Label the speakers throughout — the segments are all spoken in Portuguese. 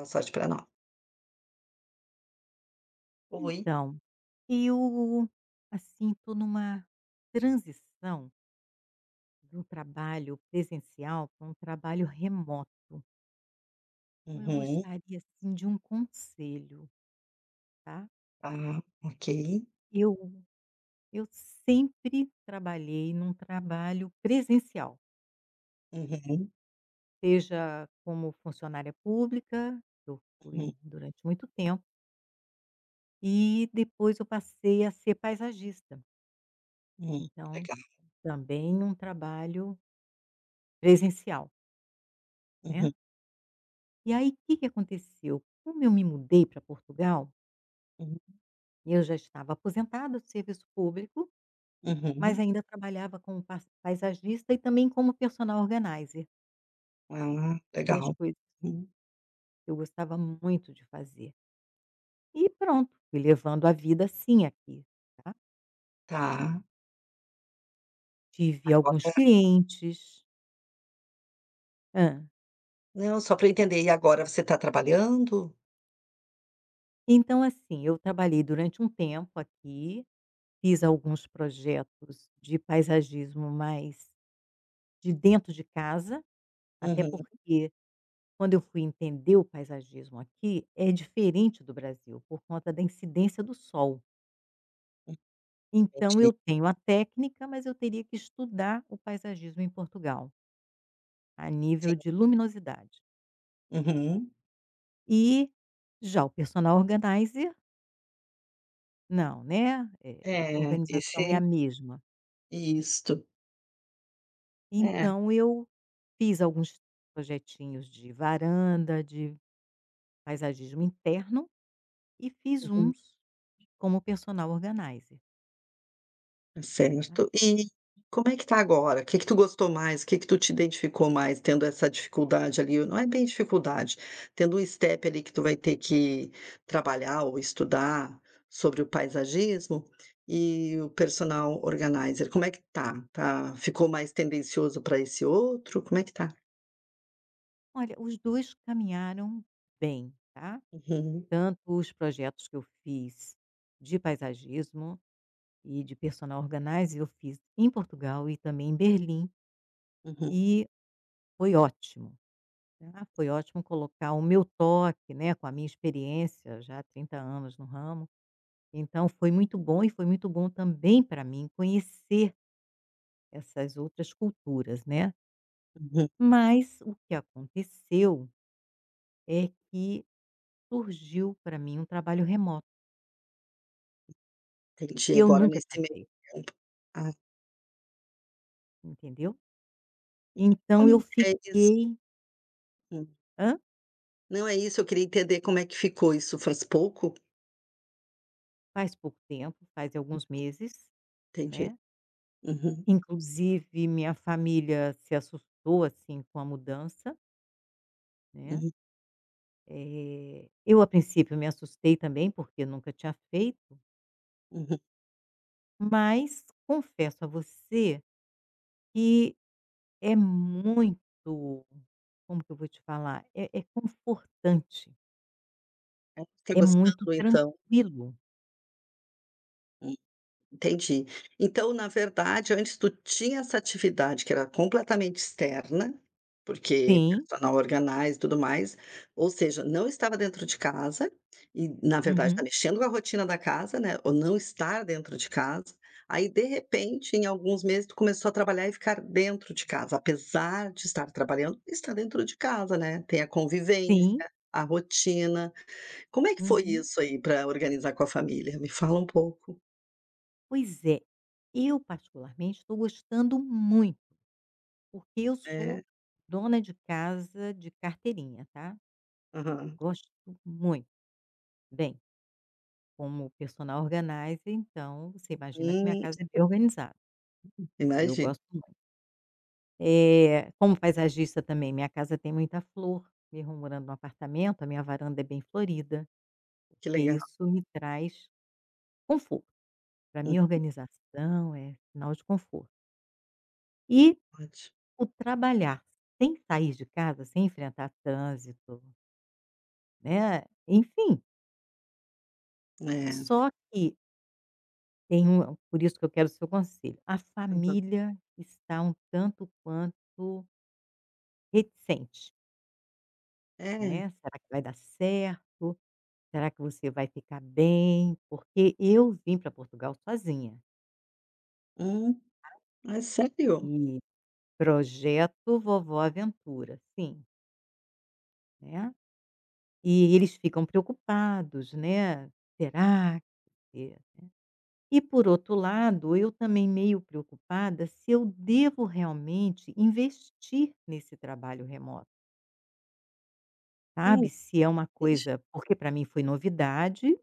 Speaker 1: Um sorte para nós. Oi.
Speaker 2: Então, eu, assim, estou numa transição de um trabalho presencial para um trabalho remoto. Então, eu
Speaker 1: Uhum.
Speaker 2: gostaria, assim, de um conselho, tá?
Speaker 1: Tá, ok.
Speaker 2: Eu, eu sempre trabalhei num trabalho presencial,
Speaker 1: Uhum,
Speaker 2: seja como funcionária pública, eu fui
Speaker 1: uhum,
Speaker 2: durante muito tempo, e depois eu passei a ser paisagista.
Speaker 1: uhum.
Speaker 2: Então,
Speaker 1: Legal.
Speaker 2: também um trabalho presencial,
Speaker 1: Uhum,
Speaker 2: né? E aí, o que que aconteceu? Como eu me mudei para Portugal,
Speaker 1: uhum,
Speaker 2: eu já estava aposentada do serviço público, mas
Speaker 1: uhum.
Speaker 2: ainda trabalhava como pas paisagista e também como personal organizer,
Speaker 1: Ah,
Speaker 2: 2
Speaker 1: legal.
Speaker 2: coisas
Speaker 1: Hum,
Speaker 2: que eu gostava muito de fazer. E pronto, fui levando a vida assim aqui, tá.
Speaker 1: tá.
Speaker 2: Tive alguns
Speaker 1: Agora
Speaker 2: clientes hã.
Speaker 1: não, só para eu entender, e agora você está trabalhando?
Speaker 2: Então assim, eu trabalhei durante um tempo aqui, fiz alguns projetos de paisagismo mais de dentro de casa, até
Speaker 1: Uhum,
Speaker 2: porque quando eu fui entender o paisagismo aqui, é diferente do Brasil, por conta da incidência do sol.
Speaker 1: hum,
Speaker 2: Então
Speaker 1: entendi.
Speaker 2: eu tenho a técnica, mas eu teria que estudar o paisagismo em Portugal, a nível
Speaker 1: Sim.
Speaker 2: de luminosidade.
Speaker 1: Uhum.
Speaker 2: E já o personal organizer, não, né,
Speaker 1: É,
Speaker 2: organização é
Speaker 1: esse
Speaker 2: a mesma.
Speaker 1: isto. É.
Speaker 2: Então eu fiz alguns projetinhos de varanda, de paisagismo interno e fiz
Speaker 1: Uhum.
Speaker 2: uns como personal organizer, né.
Speaker 1: Certo. E como é que tá agora? O que que tu gostou mais? O que que tu te identificou mais tendo essa dificuldade ali? Não é bem dificuldade, tendo um step ali que tu vai ter que trabalhar ou estudar sobre o paisagismo e o personal organizer. Como é que tá? Tá, ficou mais tendencioso para esse outro? Como é que tá?
Speaker 2: Olha, os 2 caminharam bem, tá.
Speaker 1: Uhum,
Speaker 2: Tanto os projetos que eu fiz de paisagismo e de personal organizer, eu fiz em Portugal e também em Berlim,
Speaker 1: uhum,
Speaker 2: e foi ótimo, tá. Foi ótimo colocar o meu toque, né, com a minha experiência já há 30 anos no ramo. Então foi muito bom e foi muito bom também para mim conhecer essas outras culturas, né.
Speaker 1: uhum.
Speaker 2: Mas o que aconteceu é que surgiu para mim um trabalho remoto.
Speaker 1: Entendi.
Speaker 2: E eu
Speaker 1: Agora
Speaker 2: nunca
Speaker 1: nesse
Speaker 2: tinha
Speaker 1: meio
Speaker 2: feito,
Speaker 1: tempo. Ah,
Speaker 2: entendeu. Então
Speaker 1: como
Speaker 2: eu
Speaker 1: é isso?
Speaker 2: fiquei
Speaker 1: Hum.
Speaker 2: hã?
Speaker 1: Não é isso, eu queria entender como é que ficou isso. Faz pouco?
Speaker 2: Faz pouco tempo, faz alguns meses,
Speaker 1: Entendi.
Speaker 2: né.
Speaker 1: Uhum,
Speaker 2: Inclusive minha família se assustou, assim, com a mudança, né.
Speaker 1: uhum,
Speaker 2: Eu a princípio me assustei também, porque eu nunca tinha feito,
Speaker 1: uhum.
Speaker 2: mas confesso a você que é muito, como que eu vou te falar? É confortante,
Speaker 1: Tá
Speaker 2: é
Speaker 1: gostando
Speaker 2: muito
Speaker 1: então?
Speaker 2: tranquilo.
Speaker 1: Hum. Entendi. Então, na verdade, antes tu tinha essa atividade que era completamente externa, porque
Speaker 2: Sim.
Speaker 1: personal organizer e tudo mais, ou seja, não estava dentro de casa e, na verdade, está
Speaker 2: Uhum.
Speaker 1: mexendo com a rotina da casa, né, ou não estar dentro de casa. Aí, de repente, em alguns meses, tu começou a trabalhar e ficar dentro de casa, apesar de estar trabalhando, está dentro de casa, né, tem a convivência,
Speaker 2: Sim.
Speaker 1: a rotina. Como é que foi
Speaker 2: Uhum.
Speaker 1: isso aí para organizar com a família? Me fala um pouco.
Speaker 2: Pois é, eu particularmente estou gostando muito, porque eu sou
Speaker 1: É,
Speaker 2: dona de casa de carteirinha, tá.
Speaker 1: aham.
Speaker 2: Gosto muito. Bem, como personal organizer, então você imagina que minha
Speaker 1: Hum,
Speaker 2: casa é bem organizada, eu
Speaker 1: imagino,
Speaker 2: gosto muito. Como paisagista também, minha casa tem muita flor, mesmo morando num apartamento, a minha varanda é bem florida,
Speaker 1: que
Speaker 2: e
Speaker 1: legal.
Speaker 2: isso me traz conforto. Para
Speaker 1: Hum,
Speaker 2: mim organização é sinal de conforto. E
Speaker 1: ótimo.
Speaker 2: o trabalhar sem sair de casa, sem enfrentar trânsito, né, enfim,
Speaker 1: Aham.
Speaker 2: só que tem um, por isso que eu quero o seu conselho, a
Speaker 1: É, aham.
Speaker 2: família está um tanto quanto reticente,
Speaker 1: É?
Speaker 2: né, será que vai dar certo? Será que você vai ficar bem? Porque eu vim para Portugal sozinha,
Speaker 1: Hum, é sério?
Speaker 2: e projeto Vovó Aventura, sim, né, e eles ficam preocupados, né, será que... E por outro lado, eu também meio preocupada se eu devo realmente investir nesse trabalho remoto,
Speaker 1: Hum,
Speaker 2: sabe, se é uma
Speaker 1: entendi.
Speaker 2: coisa, porque para mim foi novidade,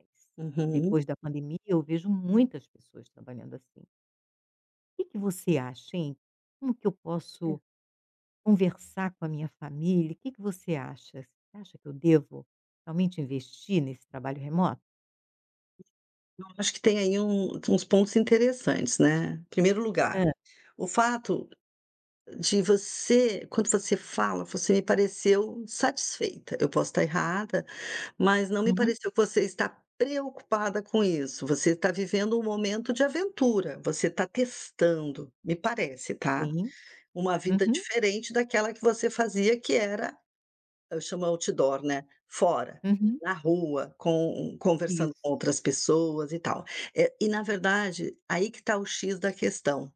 Speaker 2: mas
Speaker 1: Uhum.
Speaker 2: depois da pandemia eu vejo muitas pessoas trabalhando assim. O que que você acha, hein? Como que eu posso conversar com a minha família? O que que você acha? Você acha que eu devo realmente investir nesse trabalho remoto?
Speaker 1: Eu acho que tem aí uns pontos interessantes, né. Em primeiro lugar,
Speaker 2: Hã.
Speaker 1: o fato de você, quando você fala, você me pareceu satisfeita. Eu posso estar errada, mas não me
Speaker 2: Uhum.
Speaker 1: pareceu que você está preocupada com isso. Você está vivendo um momento de aventura, você está testando, me parece, tá?
Speaker 2: Sim.
Speaker 1: Uma vida
Speaker 2: Uhum,
Speaker 1: diferente daquela que você fazia, que era, eu chamo outdoor, né? Fora,
Speaker 2: uhum.
Speaker 1: na rua, com, conversando
Speaker 2: Isso.
Speaker 1: com outras pessoas e tal. É, e, na verdade, aí que está o X da questão,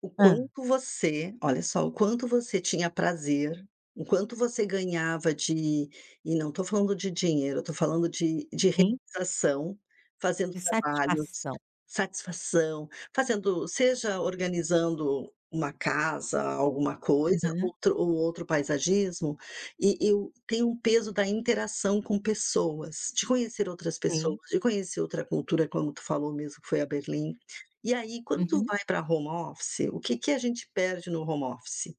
Speaker 1: o
Speaker 2: Hã.
Speaker 1: quanto você olha só, o quanto você tinha prazer, o quanto você ganhava de, e não estou falando de dinheiro, estou falando de
Speaker 2: Sim.
Speaker 1: realização, fazendo
Speaker 2: De
Speaker 1: trabalhos,
Speaker 2: satisfação.
Speaker 1: satisfação, fazendo seja organizando uma casa, alguma coisa,
Speaker 2: Aham.
Speaker 1: outro ou outro paisagismo, e eu tenho um peso da interação com pessoas, de conhecer outras
Speaker 2: Sim.
Speaker 1: pessoas, de conhecer outra cultura, como tu falou mesmo que foi a Berlim. E aí, quando tu
Speaker 2: Uhum.
Speaker 1: vai para home office, o que que a gente perde no home office?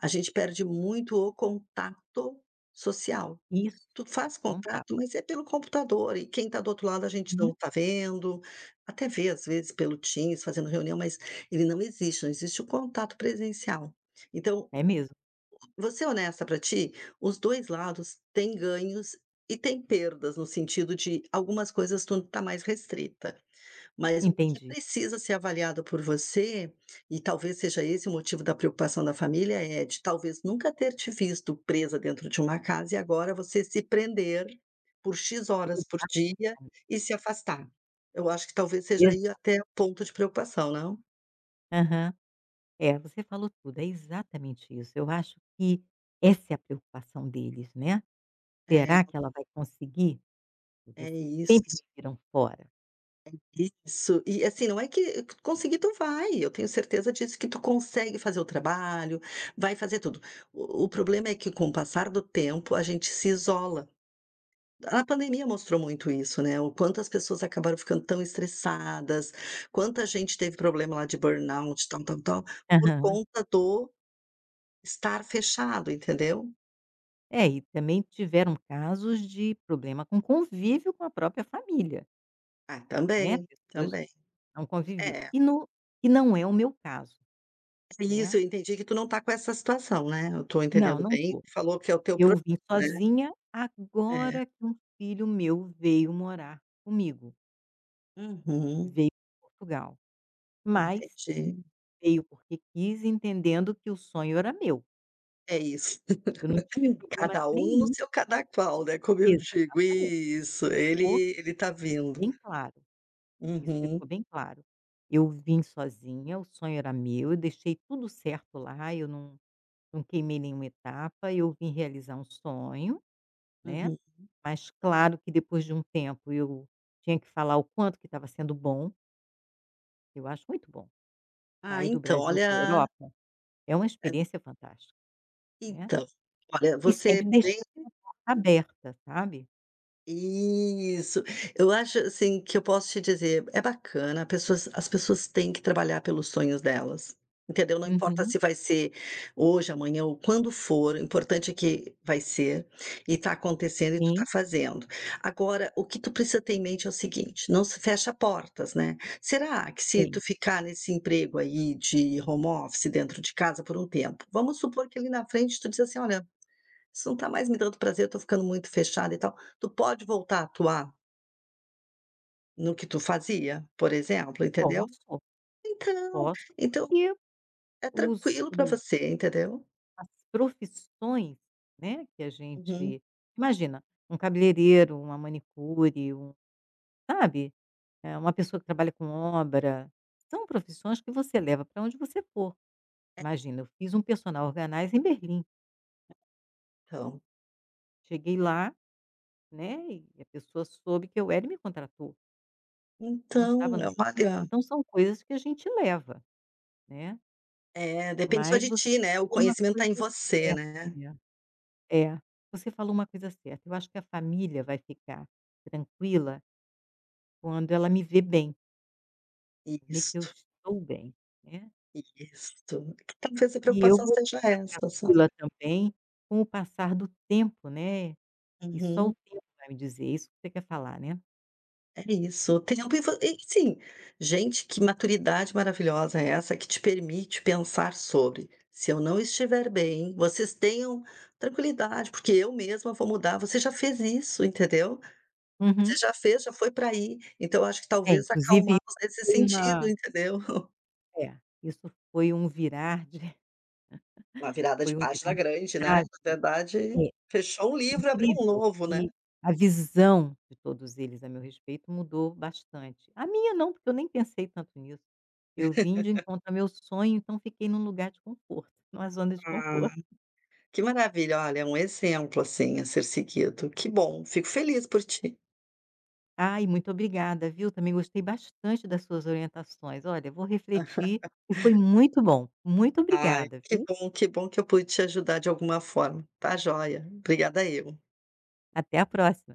Speaker 1: A gente perde muito o contato social.
Speaker 2: Isso,
Speaker 1: Tu faz
Speaker 2: contar.
Speaker 1: contato, mas é pelo computador e quem está do outro lado a gente não
Speaker 2: Uhum.
Speaker 1: está vendo, até vê às vezes pelo Teams fazendo reunião, mas ele não existe, não existe o contato presencial. Então,
Speaker 2: É mesmo.
Speaker 1: vou ser honesta para ti, os 2 lados têm ganhos e têm perdas, no sentido de algumas coisas tu está mais restrita. Mas o que
Speaker 2: Entendi.
Speaker 1: precisa ser avaliado por você, e talvez seja esse o motivo da preocupação da família, é de talvez nunca ter te visto presa dentro de uma casa e agora você se prender por X horas por
Speaker 2: Exatamente,
Speaker 1: dia e se afastar. Eu acho que talvez seja
Speaker 2: exa
Speaker 1: aí até ponto de preocupação, não?
Speaker 2: aham. É, você falou tudo, é exatamente isso. Eu acho que essa é a preocupação deles, né.
Speaker 1: É,
Speaker 2: Será que ela vai conseguir? Porque
Speaker 1: é
Speaker 2: sempre
Speaker 1: isso,
Speaker 2: me viram fora.
Speaker 1: isso. E assim, não é que conseguir tu vai, eu tenho certeza disso, que tu consegue fazer o trabalho, vai fazer tudo. O problema é que com o passar do tempo a gente se isola. A pandemia mostrou muito isso, né, o quanto as pessoas acabaram ficando tão estressadas, quanta gente teve problema lá de burnout, tal, tal, tal, por
Speaker 2: Aham.
Speaker 1: conta do estar fechado, entendeu?
Speaker 2: É, e também tiveram casos de problema com convívio com a própria família,
Speaker 1: Ah,
Speaker 2: né,
Speaker 1: também,
Speaker 2: pessoas
Speaker 1: também.
Speaker 2: não conviviam.
Speaker 1: É,
Speaker 2: E no... e não é o meu caso,
Speaker 1: é isso,
Speaker 2: né.
Speaker 1: eu entendi que tu não tá com essa situação, né, eu tô
Speaker 2: Não,
Speaker 1: entendendo
Speaker 2: não
Speaker 1: bem,
Speaker 2: estou.
Speaker 1: tu falou que é o teu
Speaker 2: Eu
Speaker 1: projeto,
Speaker 2: vim
Speaker 1: né?
Speaker 2: sozinha,
Speaker 1: É.
Speaker 2: agora que um filho meu veio morar comigo,
Speaker 1: Uhum,
Speaker 2: veio de Portugal, mas
Speaker 1: entendi.
Speaker 2: veio porque quis, entendendo que o sonho era meu.
Speaker 1: É isso.
Speaker 2: Eu não tive problema
Speaker 1: Cada um no
Speaker 2: nenhum,
Speaker 1: seu cada qual, né, como eu digo.
Speaker 2: exatamente,
Speaker 1: Isso,
Speaker 2: ficou
Speaker 1: ele tá vindo.
Speaker 2: bem claro, isso
Speaker 1: Uhum,
Speaker 2: ficou bem claro. Eu vim sozinha, o sonho era meu, eu deixei tudo certo lá, eu não queimei nenhuma etapa, eu vim realizar um sonho, né,
Speaker 1: uhum.
Speaker 2: mas claro que depois de um tempo eu tinha que falar o quanto que estava sendo bom. Eu acho muito bom.
Speaker 1: Ah,
Speaker 2: Sair do
Speaker 1: então,
Speaker 2: Brasil para a
Speaker 1: olha,
Speaker 2: Europa é uma
Speaker 1: eh,
Speaker 2: experiência fantástica, né.
Speaker 1: então, olha,
Speaker 2: E
Speaker 1: você
Speaker 2: sempre
Speaker 1: bem.
Speaker 2: deixando aberta, sabe.
Speaker 1: Isso. Eu acho, assim, que eu posso te dizer, é bacana, pessoas as pessoas têm que trabalhar pelos sonhos delas, entendeu? Não importa
Speaker 2: Uhum.
Speaker 1: se vai ser hoje, amanhã ou quando for, o importante é que vai ser e está acontecendo e tu está
Speaker 2: Sim,
Speaker 1: fazendo. Agora, o que tu precisa ter em mente é o seguinte, não se fecha portas, né. Será que se
Speaker 2: sim.
Speaker 1: tu ficar nesse emprego aí de home office dentro de casa por um tempo, vamos supor que ali na frente tu diz assim: "Olha, isso não tá mais me dando prazer, eu tô ficando muito fechada e tal. Tu pode voltar a atuar no que tu fazia, por exemplo, entendeu?
Speaker 2: Posso,
Speaker 1: Então,
Speaker 2: posso
Speaker 1: então
Speaker 2: porque
Speaker 1: é
Speaker 2: os
Speaker 1: tranquilo pra
Speaker 2: os
Speaker 1: você, entendeu?
Speaker 2: as profissões, né, que a
Speaker 1: Uhum.
Speaker 2: gente imagina, um cabeleireiro, uma manicure, um, sabe, é uma pessoa que trabalha com obra, são profissões que você leva para onde você for. Imagina, eu fiz um personal organizer em Berlim.
Speaker 1: Então,
Speaker 2: Cheguei lá, né, e a pessoa soube que eu era e me contratou. Eu não estava
Speaker 1: então,
Speaker 2: nos
Speaker 1: eh,
Speaker 2: meus planos.
Speaker 1: olha
Speaker 2: Então são coisas que a gente leva, né.
Speaker 1: é, depende só
Speaker 2: Mas
Speaker 1: de
Speaker 2: você
Speaker 1: ti, né, o
Speaker 2: falou uma
Speaker 1: conhecimento tá
Speaker 2: coisa
Speaker 1: em você,
Speaker 2: certa,
Speaker 1: né.
Speaker 2: é. É, você falou uma coisa certa, eu acho que a família vai ficar tranquila quando ela me vê bem, vê que eu
Speaker 1: Isto,
Speaker 2: estou bem, né.
Speaker 1: isto. Que talvez a
Speaker 2: E eu
Speaker 1: preocupação
Speaker 2: vou
Speaker 1: seja
Speaker 2: ficar
Speaker 1: essa, sabe.
Speaker 2: tranquila também com o passar do tempo, né, e só o
Speaker 1: Uhum.
Speaker 2: tempo vai me dizer, isso que você quer falar, né.
Speaker 1: É isso, tempo e vo e sim, gente, que maturidade maravilhosa é essa que te permite pensar sobre: "Se eu não estiver bem, vocês tenham tranquilidade, porque eu mesma vou mudar". Você já fez isso, entendeu? Você
Speaker 2: Uhum.
Speaker 1: já fez, já foi para aí, então eu acho que
Speaker 2: É,
Speaker 1: talvez
Speaker 2: inclusive
Speaker 1: acalmá-los
Speaker 2: isso
Speaker 1: nesse
Speaker 2: foi
Speaker 1: sentido,
Speaker 2: uma...
Speaker 1: entendeu?
Speaker 2: É, isso foi um virar de
Speaker 1: Uma virada de
Speaker 2: foi um
Speaker 1: página
Speaker 2: virar de
Speaker 1: grande, né,
Speaker 2: chave,
Speaker 1: na verdade,
Speaker 2: é,
Speaker 1: fechou um livro, abriu um
Speaker 2: incrível,
Speaker 1: novo, né?
Speaker 2: e a visão de todos eles a meu respeito mudou bastante. A minha não, porque eu nem pensei tanto nisso. Eu vim de encontro ao meu sonho, então fiquei num lugar de conforto, numa zona de
Speaker 1: Ah,
Speaker 2: conforto.
Speaker 1: que maravilha, olha, é um exemplo, assim, a ser seguido. Que bom, fico feliz por ti.
Speaker 2: Ai, muito obrigada, viu, também gostei bastante das suas orientações. Olha, vou refletir e foi muito bom. Muito
Speaker 1: Ai,
Speaker 2: obrigada,
Speaker 1: que
Speaker 2: viu.
Speaker 1: bom, que bom que eu pude te ajudar de alguma forma. Tá joia. Obrigada eu.
Speaker 2: Até a próxima.